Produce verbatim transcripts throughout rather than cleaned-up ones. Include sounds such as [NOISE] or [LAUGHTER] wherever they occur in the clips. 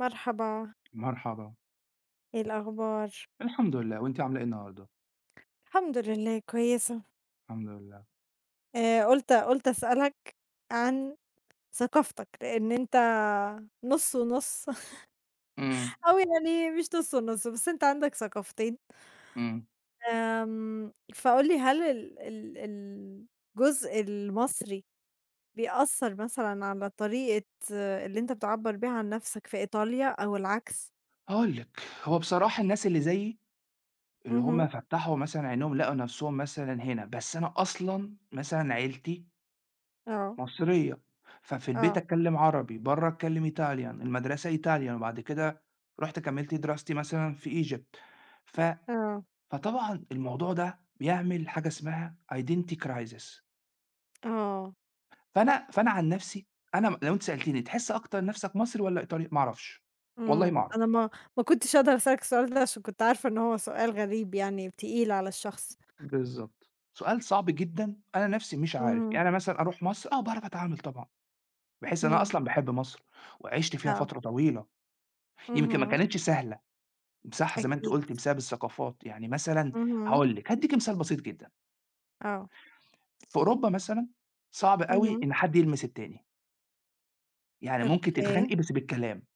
مرحبا، مرحبا، إيه الأخبار؟ الحمد لله، وأنتِ عاملة إيه النهارده؟ الحمد لله كويسة. الحمد لله. آآ قُلت قُلت أسألك عن ثقافتك، لإن أنت نُص ونُص [LAUGHS] إمم، أو يعني مش نُص ونُص، بس أنت عندك ثقافتين. إمم. آمم، فقُل لي هل ال ال ال الجزء المصري بيأثّر مثلًا على طريقة آه، اللي أنت بتعبّر بيها عن نَفْسك في إيطاليا أو العكس؟ هاقول لِك، هو بصراحة الناس اللي زيي، اللي اهم. هُم فتّحوا مثلًا عينيهم لقوا نَفْسهم مثلًا هنا، بس أنا أصلًا مثلًا عيلتي آه. مصرية، ففي البيت آه. أتكلّم عربي، برّه أتكلّم Italian، المدرسة Italian، وبعد كده رُحت كمّلت دراستي مثلًا في Egypt. ف آه. فطبعًا الموضوع ده بيعمل حاجة اسمها identity crisis. آه. فأنا فأنا عن نفسي أنا م لو أنت سألتني تحس أكتر نَفْسك مصري والّا إيطالي؟ ما أعرفش، والله إمم. ما أعرف. أنا ما ما كنتش أقدر أسألك السؤال ده عشان كنت عارفة إن هو سؤال غريب يعني تقيل على الشخص. بالضبط. سؤال صعب جدًا، أنا نَفْسي مش عارف. اهم. يعني أنا مثلًا أروح مصر، آه باعرف أتعامل طبعًا، بحيث أنا إمم. أصلًا باحب مصر وعِشت فيها آه. فترة طويلة، يمكن ما اهم. كانتش سهلة، صح زي ما أنتِ أكيد. قُلتِ بسبب الثقافات. يعني مثلًا اهم. هاقول لِك، هادّيكِ مثال بسيط جدًا، آه. في أوروبا مثلًا صعب أوي اهم. إن حد يلمس التاني، يعني ممكن أوكي. تتخانقي بس بالكلام،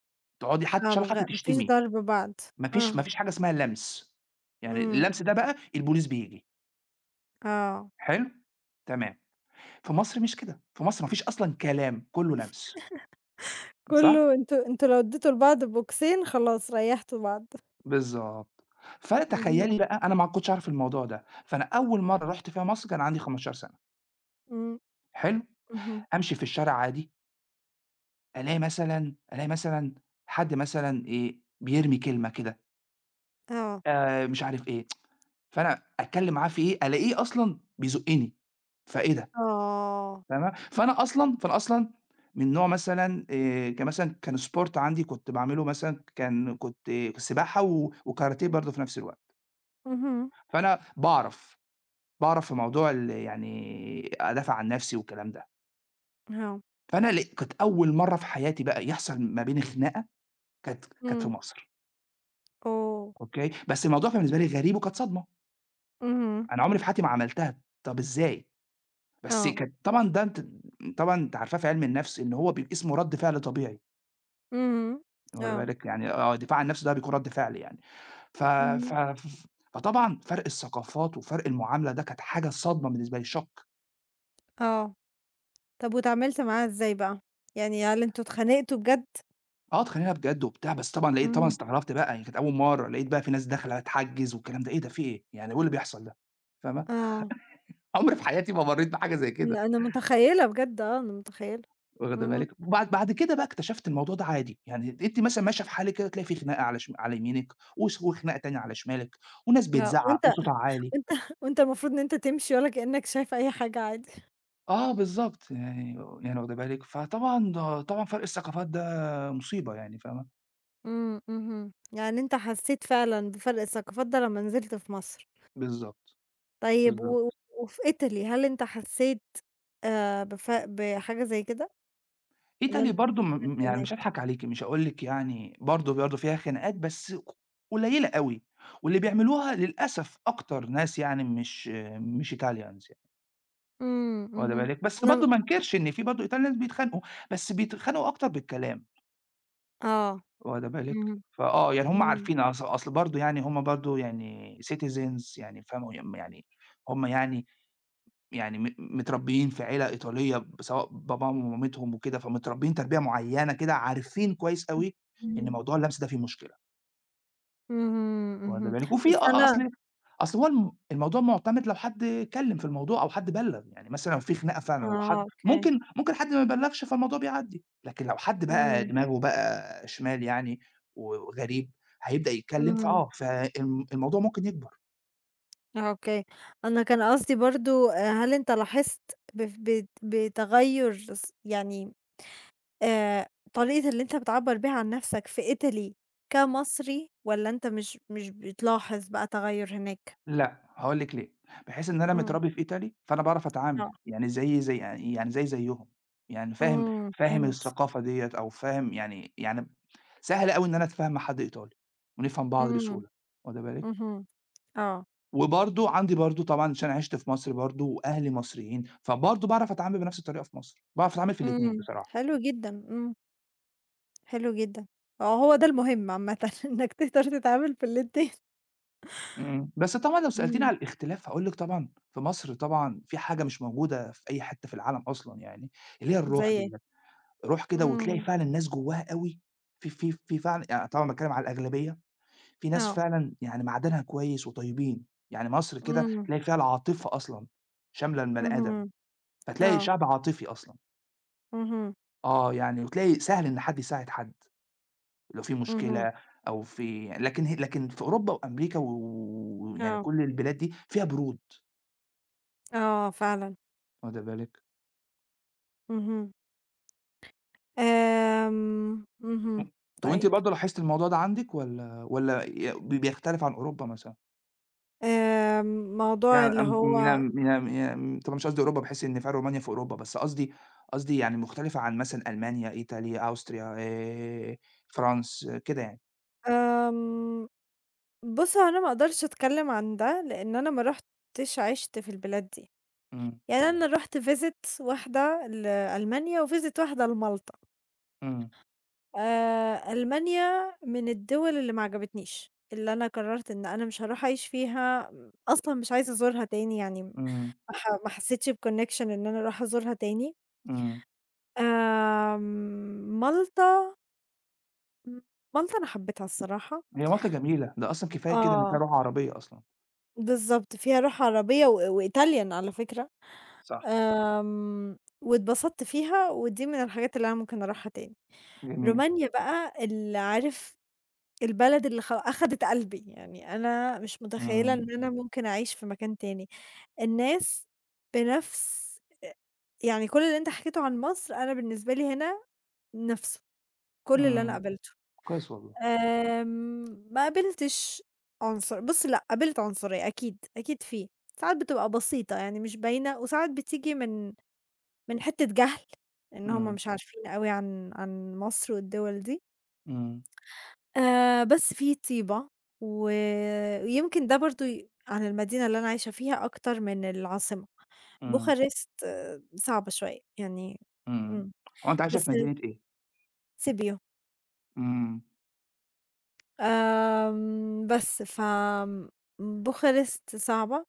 تقعدي حتى إن آه. شاء ما الله غ حتى ما فيش تشتمي. ضرب بعض. ما آه. فيش ما فيش حاجة اسمها لَمْس، يعني إمم. اللَمْس ده بقى البوليس بييجي، آه. حلو؟ تمام، في مصر مش كده، في مصر ما فيش أصلًا كلام، كُلّه لَمْس، صح؟ كلّه أنتم أنتم لو اديتوا لبعض بوكسين خلاص ريّحتوا بعض. بالضبط، اهم. فتخيّلي بقى أنا ما كنتش أعرف الموضوع ده، فأنا أول مرّة رُحت فيها مصر كان عندي 15 سَنة، إمم. حلو؟ اهم. أمشي في الشارع عادي، ألاقي مثلًا ألاقي مثلًا حد مثلًا إيه، بيرمي كلمة كده، آه. آآ، مش عارف إيه، فأنا أتكلّم معاه في إيه، ألاقيه أصلًا بيزُقّني، فإيه ده؟ آه. تمام، فأنا أصلًا فأنا أصلًا من نوع مثلًا، آآ، كمثلًا كان sport عندي كنت باعمله مثلًا كان كنت آه، سباحة و وكاراتيه برضه في نفس الوقت، اهم. فأنا باعرف، باعرف في موضوع ال يعني أدافع عن نفسي والكلام ده، آه. فأنا ل كانت أول مرّة في حياتي بقى يحصل ما بيني خناقة كانت كانت في إمم. مصر، أوه! أوكي، بس الموضوع كان بالنسبة لي غريب وكانت صدمة، اهم. أنا عمري في حياتي ما عملتها، طَب إزاي؟ بس آه. كانت طبعًا، ده أنتِ طبعًا أنتِ عارفاه في علم النفس إن هو بيبقى اسمه رَد فعل طبيعي. اهم. واخدة آه. بالِك، يعني آه، الدفاع عن النفس ده بيكون رَد فعل يعني. ف ف اهم. ف فطبعًا فرق الثقافات وفرق المعاملة ده كانت حاجة صدمة بالنسبة لي، شوك. آه. طب واتعاملت معاها إزاي بقى؟ يعني هل أنتم اتخانقتوا بجد؟ آه، اتخانقنا بجد وبتاع، بس طبعًا لقيت طبعًا إمم. استغربت بقى، يعني كانت أول مرّة، لقيت بقى في ناس داخلة تحجّز والكلام ده، إيه ده، في إيه، يعني هو إيه اللي بيحصل ده، فاهمة؟ آه، عمري في حياتي ما مرّيت بحاجة زي كده، أنا أنا متخيلة بجد، آه، أنا متخيلة. واخدة اهم. بالِك، وبعد بعد كده بقى اكتشفت الموضوع ده عادي، يعني أنتِ مثلًا ماشية في حالِك كده تلاقي في خناقة على شم على يمينِك وس وخناقة تانية على شمالِك وناس لأ. بتزعّق وأنت وصوتها عالي. وأنت [LAUGHS] وأنت المفروض إن أنت تمشي ولا كأنك شايف أي حاجة عادي. آه بالضبط، يعني يعني واخدة بالِك، فطبعًا ده طبعًا فرق الثقافات ده مصيبة يعني فاهمة، إمم، اهم. يعني أنت حسيت فعلًا بفرق الثقافات ده لمّا نزلت في مصر؟ بالضبط، طيب و و- بالضبط. وفي إيطالي هل أنت حسيت آآ بف بحاجة زي كده؟ والّا Italy أنت برضه، م كبرت م يعني هناك؟ مش هاضحك عليكِ، مش هاقول لِك يعني برضه برضه فيها خناقات بس ق قليلة أوي، واللي بيعملوها للأسف أكتر ناس يعني مش مش Italians يعني، إمم، واخدة اهم. بالِك، بس أنا. برضه ما انكرش إن في برضه Italians بيتخانقوا، بس بيتخانقوا أكتر بالكلام، آه. واخدة بالِك، اهم. فآه يعني هُم إمم. عارفين أص أصل برضه يعني هُم برضه يعني citizens يعني فاهمة، ي يعني هُم يعني، يعني م متربيين في عيلة إيطالية، ب سواء باباهم ومامتهم وكده، فمتربيين تربية معيّنة كده، عارفين كويس أوي إن إمم. موضوع اللمس ده فيه مشكلة، اهم. واخدة اهم. بالِك؟ وفي بس أ أ- أنا. أصل أصل هو، الم الموضوع مُعتمد لو حد اتكلّم في الموضوع أو حد بلّغ، يعني مثلًا لو في خناقة فعلًا آه، وحد أوكي. ممكن، ممكن حد ما يبلّغش فالموضوع بيعدّي، لكن لو حد بقى إمم، دماغه بقى شمال يعني وغريب هيبدأ يتكلّم، اهم، فآه، فالم الموضوع ممكن يكبر. أوكي. أنا كان قصدي برضه آآ، هل أنت لاحظت بف بت بتغيُّر س يعني، آآ، طريقة اللي أنت بتعبّر بيها عن نَفْسك في إيطالي كمصري، والّا أنت مش مش بتلاحظ بقى تغيُّر هناك؟ لأ، هاقول لِك ليه، بحيث إن أنا إمم. متربي في إيطالي، فأنا باعرف آه. أتعامل، يعني زيي زي يعني زيي زيهم، يعني فاهم، إمم، فاهم فهمت. الثقافة ديّة أو فاهم يعني، يعني سهل أوي إن أنا أتفاهم مع حد إيطالي، ونفهم بعض إمم. بسهولة، واخدة بالِك، اهم. آه. وبرضه عندي برضه طبعًا عشان عِشت في مصر برضه وأهلي مصريين، فبرضه باعرف أتعامل بنفس الطريقة في مصر، باعرف أتعامل في الاتنين إمم، بصراحة، حلو جدًا. إمم، حلو جدًا. آه، هو ده المهم عامةً [LAUGHS] إنّك تقدر تتعامل في الاتنين. إمم، بس طبعًا لو سألتيني إمم. على الاختلاف هاقول لِك طبعًا في مصر طبعًا في حاجة مش موجودة في أي حتة في العالم أصلًا يعني، اللي هي الروح زي إيه؟ ديّة. روح كده وتلاقي إمم. فعلًا ناس جواها أوي، في في في فعلًا يعني طبعًا باتكلم على الأغلبية، في ناس آه. فعلًا يعني معدنها كويس وطيبين، يعني مصر كده إمم. تلاقي فيها العاطفة أصلًا شاملة البني اهم. آدم، فتلاقي آه. شعب عاطفي أصلًا، اهم. آه يعني وتلاقي سهل إن حد يساعد حد، لو في اهم. مشكلة أو في، لكن ه لكن في أوروبا وأمريكا ويعني آه. كل البلاد دي فيها برود، آه فعلًا. واخدة بالِك؟ اهم. آمم. اهم. أنتِ وأنتِ طيب. برضه لاحظتِ الموضوع ده عندِك والّا، والّا ي بيختلف عن أوروبا مثلًا؟ آمم، موضوع يعني، اللي أم هو. م م طبعًا مش قصدي أوروبا بحيث إن فيها رومانيا في أوروبا، بس قصدي، قصدي يعني مختلفة عن مثلًا ألمانيا، إيطاليا، أوستريا، آآ، فرانس كده يعني. آمم، بُص، هو أنا ما أقدرش أتكلم عن ده، لإن أنا ما رُحتش عِشت في البلاد دي، إمم، يعني أنا رُحت visit واحدة لألمانيا وvisit واحدة لمالطا. إمم، آآ ألمانيا من الدول اللي ما عجبتنيش، اللي أنا قررت إن أنا مش هاروح أعيش فيها، أصلًا مش عايزة أزورها تاني، يعني ما إمم، ح ما حسيتش بconnection إن أنا أروح أزورها تاني. إمم. آمم مالطا، مالطا أنا حبيتها الصراحة. هي مالطا جميلة، ده أصلًا كفاية كده إن آه، فيها روح عربية أصلًا. بالضبط، فيها روح عربية و وItalian على فكرة. صح. آمم واتبسطت فيها ودي من الحاجات اللي أنا ممكن أروحها تاني. جميل، رومانيا بقى اللي عارف، البلد اللي خ أخدت قلبي، يعني أنا مش متخيّلة إمم، إن أنا ممكن أعيش في مكان تاني، الناس بنفْس أ يعني كل اللي أنت حكيته عن مصر أنا بالنسبة لي هنا نفْسه، كل اللي أنا إمم، قابلته. كويس والله. آمم، ما قابلتش عنصر بُص لأ، قابلت عنصرية، أكيد، أكيد في، ساعات بتبقى بسيطة يعني مش باينة، وساعات بتيجي من من حتّة جهل، إن هُم إمم، مش عارفين أوي عن عن مصر والدول دي. إمم، آآ بس في طيبة، ويمكن ده برضه ي عن المدينة اللي أنا عايشة فيها أكتر من العاصمة. إمم، بوخارست آه، صعبة شوية، يعني. إمم. إمم. هو أنتِ عايشة بس في مدينة إيه؟ سيبيو. إمم، آمم بس ف آمم بوخارست صعبة،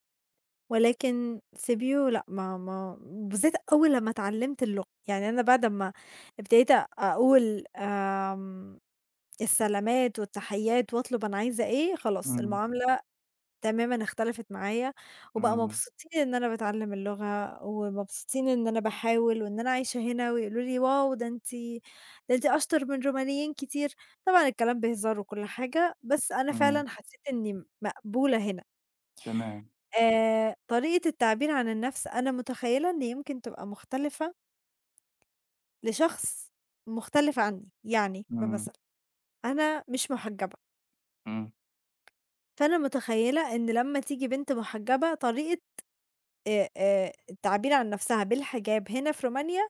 ولكن سيبيو لأ، ما ما بالذات أول لمّا اتعلّمت اللغة، يعني أنا بعد أمّا ابتديت أقول آمم السلامات والتحيات، وأطلب أنا عايزة إيه، خلاص إمم، المعاملة تمامًا اختلفت معايا، وبقى إمم، مبسوطين إن أنا باتعلّم اللغة، ومبسوطين إن أنا باحاول وإن أنا عايشة هنا، ويقولوا لي: "واو! ده أنتِ، ده أنتِ أشطر من رومانيين كتير." طبعًا الكلام بهزار وكل حاجة، بس أنا إمم، فعلًا حسيت إني مقبولة هنا. تمام، آآ، طريقة التعبير عن النفس أنا متخيلة إن يمكن تبقى مختلفة لشخص مختلف عني، يعني إمم، بمثل، أنا مش محجبة، إمم، فأنا متخيلة إن لمّا تيجي بنت محجبة طريقة آآ آآ التعبير عن نفسها بالحجاب هنا في رومانيا،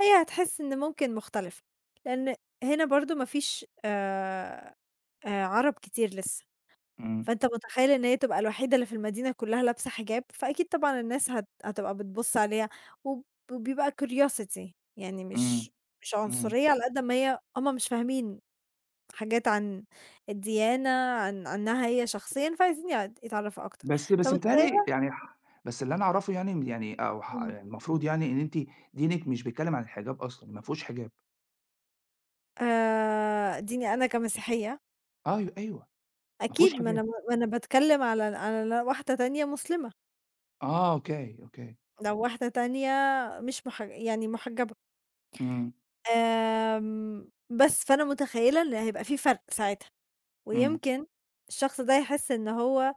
هي هتحس إن ممكن مختلفة، لإن هنا برضه ما فيش آآ آآ عرب كتير لسه، إمم، فأنت متخيّل إن هي تبقى الوحيدة اللي في المدينة كلّها لابسة حجاب، فأكيد طبعًا الناس هت هتبقى بتبُص عليها وب وبيبقى curiosity، يعني إمم، مش مش إمم. عنصرية على قد ما هي، هُم مش فاهمين حاجات عن الديانة، عن عنّها هي شخصيًا، فعايزين يع يتعرّفوا أكتر، بس بس متهيأ لي فمتخيّلة. يعني، ح بس اللي أنا أعرفه يعني، م يعني أو، ح إمم. يعني المفروض يعني إن أنتِ دينِك مش بيتكلم عن الحجاب أصلًا، ما فيهوش حجاب. آآ ديني أنا كمسيحية، أيوه، أيوه، ما فيهوش أكيد ما أنا حجاب. ما أنا باتكلّم على على واحدة تانية مسلمة، آه، أوكي، أوكي. لو واحدة تانية مش مح يعني محجّبة. إمم، آمم بس فأنا متخيّلة إن هيبقى في فرْق ساعتها، إمم، ويمكن الشخص ده يحس إن هو،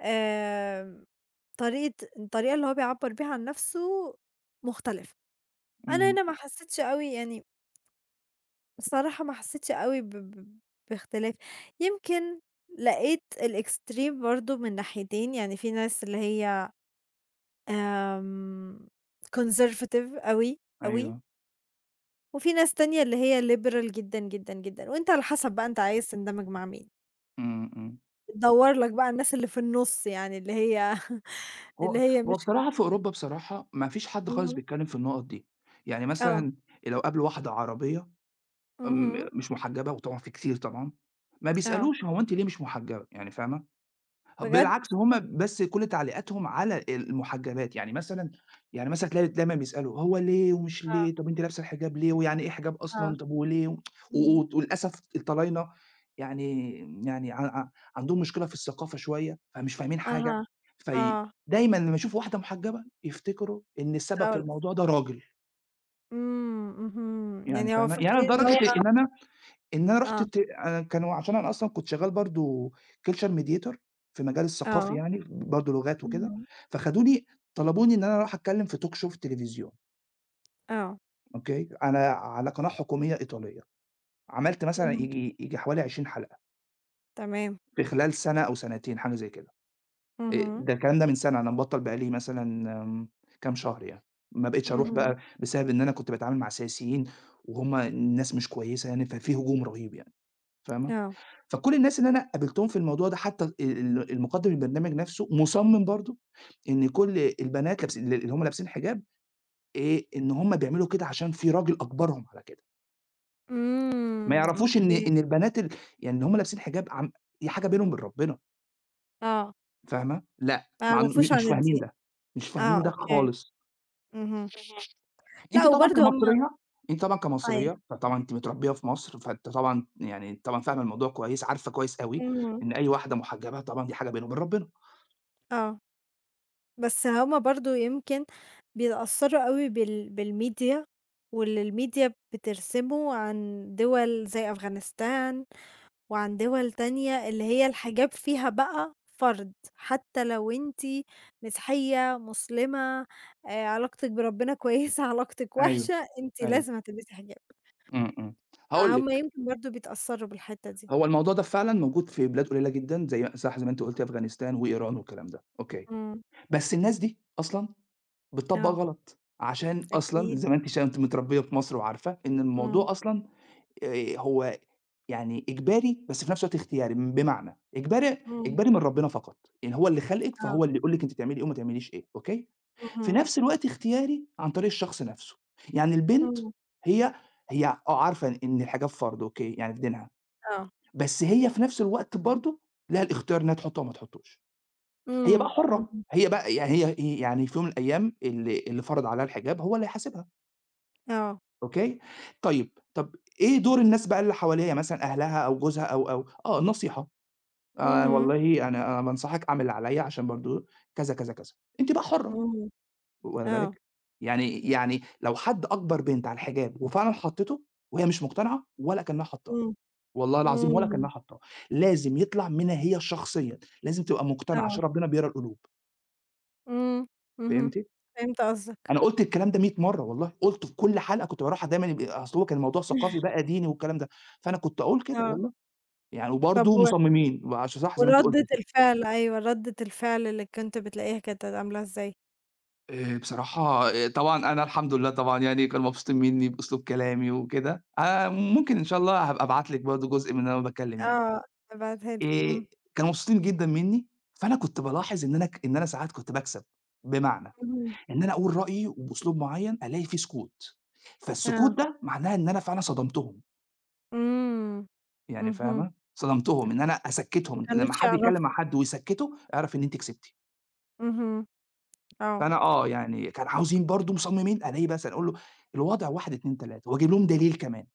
آمم طريقة الطريقة اللي هو بيعبّر بيها عن نَفْسه مختلفة. أنا إمم، هنا ما حسّيتش أوي، يعني بصراحة ما حسيتش أوي ب ب باختلاف، يمكن لقيت الextreme برضه من ناحيتين، يعني في ناس اللي هي آمم conservative أوي، أوي، أيوه، وفي ناس تانية اللي هي liberal جدًا، جدًا، جدًا، وأنت على حسب بقى أنت عايز تندمج مع مين، إمم، إمم. بتدوّر لك بقى الناس اللي في النُص، يعني اللي هي [LAUGHS] اللي هو هي هو مش. بصراحة في أوروبا بصراحة ما فيش حد خالص اهم. بيتكلم في النُقط دي. يعني آه. مثلًا لو قابلوا واحدة عربية، آمم، اهم. مش محجبة وطبعًا في كتير طبعًا، ما آه. بيسألوش هو أنتِ ليه مش محجبة، يعني فاهمة؟ بجد؟ بالعكس هُم بس كل تعليقاتهم على المحجبات، يعني مثلًا، يعني مثلًا تلاقي دايمًا بيسألوا: "هو ليه ومش آه. ليه؟ طب أنتِ لابسة الحجاب ليه؟ ويعني إيه حجاب آه. أصلًا؟ طب وليه؟" و اهم. و وللأسف الطلاينة يعني، يعني ع ع عندهم مشكلة في الثقافة شوية، فمش فاهمين حاجة، أها. في آه. دايمًا لمّا يشوفوا واحدة محجبة يفتكروا إن السبب في الموضوع ده راجل، إمم. اهم. يعني يعني هو فاهمة؟ يعني فاكرين إن هو. لدرجة إن أنا، إن أنا رُحت آه. ت أنا كانوا عشان أنا أصلًا كنت شغّال برضه culture mediator في مجال الثقافي آه. يعني، برضه لغات وكده، اهم. فخدوني طلبوني إن أنا أروح أتكلّم في talk show في التلفزيون، آه. أوكي، على على قناة حكومية إيطالية، عملت مثلًا اهم. ييجي، ييجي حوالي 20 حلقة تمام. في خلال سَنة أو سَنتين حاجة زي كده، آآ اهم. ده الكلام ده من سَنة، أنا مبطّل بقى لي مثلًا، آمم، كام شهر يعني، ما بقيتش أروح اهم. بقى بسبب إن أنا كنت باتعامل مع سياسيين وهُم ناس مش كويسة يعني، ففي هجوم رهيب يعني. فاهمة؟ آه. فكل الناس اللي أنا قابلتهم في الموضوع ده حتى، ال ال المُقدِّم البرنامج نفسه مُصمِّم برضه إن كل البنات لابس، ال اللي هُم لابسين حجاب، آآ إن هُم بيعملوا كده عشان في راجل أجبرهم على كده، ما إمم، يعرفوش إن، أوكي. إن البنات، ال يعني اللي هُم لابسين حجاب عم دي حاجة بينهم وبين ربنا، آه. فاهمة؟ لأ، ما مع إن، يعرفوش م مش عن فاهمين الضيق. ده، مش آه، فاهمين ده أوكي. خالص. اهم. أنتِ لأ طبعًا وبرضه هُم. كمصرية، أنتِ طبعًا أيوه. كمصرية، فطبعًا أنتِ متربية في مصر، فأنتِ طبعًا يعني طبعًا فاهمة الموضوع كويس، عارفة كويس أوي اهم. إن أي واحدة مُحجبة طبعًا دي حاجة بينه وبين ربنا. آه. بس هُم برضه يمكن بيتأثّروا أوي بال بالميديا، واللي الميديا بترسمه عن دول زي أفغانستان، وعن دول تانية اللي هي الحجاب فيها بقى فرض، حتى لو أنتِ مسيحية، مسلمة، آآ علاقتِك بربنا كويسة، [LAUGHS] علاقتِك أيوه، وحشة، أنتِ أيوه، لازم هتلبسي حجاب، إمم، إمم. هاقول فهُم لِك، يمكن برضه بيتأثّروا بالحتّة إمم. دي. هو الموضوع ده فعلًا موجود في بلاد قليلة جدًا زي صح زي ما أنتِ قُلتِ أفغانستان وإيران والكلام ده، أوكي. إمم. بس الناس دي أصلًا بتطبّق آه. غلط، عشان أصلًا أكيد. زي ما أنتِ ش أنتِ متربية في مصر وعارفة إن إمم. الموضوع أصلًا، آآ هو يعني إجباري بس في نفس الوقت اختياري، بمعنى إجباري، إمم. إجباري من ربنا فقط، يعني هو اللي خلقِك آه. فهو اللي يقول لِك أنتِ تعملي إيه وما تعمليش إيه، أوكي؟ في اهم. نفس الوقت اختياري عن طريق الشخص نفسه، يعني البنت، إمم. هي هي آه عارفة إن الحجاب فرض أوكي، يعني في دينها، آه. بس هي في نفس الوقت برضه لها الاختيار إنها تحطه أو ما تحطوش، هي بقى إمم. حرة، اهم. هي بقى يعني هي، هي يعني في يوم من الأيام اللي اللي فرض عليها الحجاب هو اللي هيحاسبها، آه. أوكي، طيب، طب إيه دور الناس بقى اللي حواليها مثلًا أهلها أو جوزها، أو، أو، آه النصيحة، آآ اهم. والله أنا، أنا بانصحك أعمل اللي عليَّ عشان برضه كذا، كذا، كذا، أنتِ بقى حرة. إمم. واخدة آه. بالِك؟ يعني يعني لو حد أجبر بنت على الحجاب وفعلًا حطِّته وهي مش مقتنعة ولا كأنها حطّاه، إمم. والله العظيم ولا إمم. كأنها حطّاه، لازم يطلع منها هي شخصيًا، لازم تبقى مقتنعة آه. عشان ربنا بيقرا القلوب، إمم. فهمتِ؟ اهم، فهمت قصدك. أنا قُلت الكلام ده 100 مرّة والله، قُلته في كل حلقة كنت باروحها دايمًا، يب أصل هو كان الموضوع ثقافي [LAUGHS] بقى ديني والكلام ده، فأنا كنت أقول كده آه، والله، يعني طب وبرضه و مصممين، وعش صح زي ما أنتِ وردِّة قُلتِ. الفعل، أيوه، ردِّة الفعل اللي كنت بتلاقيها كانت عاملة إزاي؟ آآ بصراحة، آآ طبعًا أنا الحمد لله طبعًا يعني كانوا مبسوطين منّي بأسلوب كلامي وكده، آآ ممكن إن شاء الله هابقى أبعت لِك برضه جزء من أنا باتكلّم يعني. آه، ابعتها لي. آآ إمم. كانوا مبسوطين جدًا منّي، فأنا كنت بالاحظ إن أنا، ك إن أنا ساعات كنت باكسب، بمعنى اهم. إن أنا أقول رأيي وبأسلوب معيّن ألاقي فيه سكوت، فالسكوت آه. ده معناه إن أنا فعلًا صدمتهم، إمم. يعني اهم. فاهمة، صدمتهم إن أنا ما أسكّتهم، لمّا كانوش حد يتكلّم مع يعرفوا. حد ويسكّته، اعرف إن أنتِ كسبتِ. اهم. آه. فأنا، آه، يعني كانوا عاوزين برضه مصممين ألاقيه مثلًا أقول له الوضع واحد، اتنين، ثلاثة وأجيب لهم دليل كمان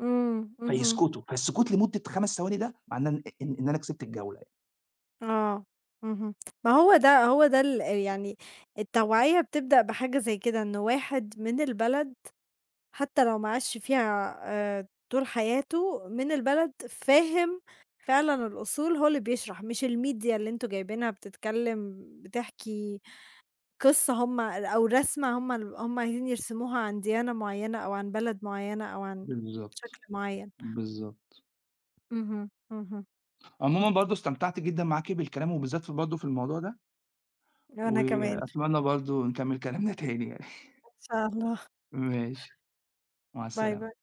إمم. اهم. فيسكتوا، فالسكوت لمدة 5 ثواني ده معناه إن، إن إن أنا كسبت الجولة يعني. آه. اهم. ما هو ده هو ده ال يعني التوعية بتبدأ بحاجة زي كده، إن واحد من البلد حتى لو ما عاش فيها آآ طول حياته من البلد، فاهم فعلًا الأصول، هو اللي بيشرح، مش الmedia اللي أنتم جايبينها بتتكلم بتحكي قصة هم أو رسمة هم ال هم عايزين يرسموها عن ديانة معيّنة أو عن بلد معيّنة أو عن بالضبط، شكل معيّن. بالضبط. اهم. اهم. عمومًا برضه استمتعت جدًا معاكِ بالكلام وبالذات في برضه في الموضوع ده، وأنا كمان إن وأتمنى برضه نكمّل كلامنا تاني يعني. [LAUGHS] شاء الله. ماشي، مع باي، السلامة. باي.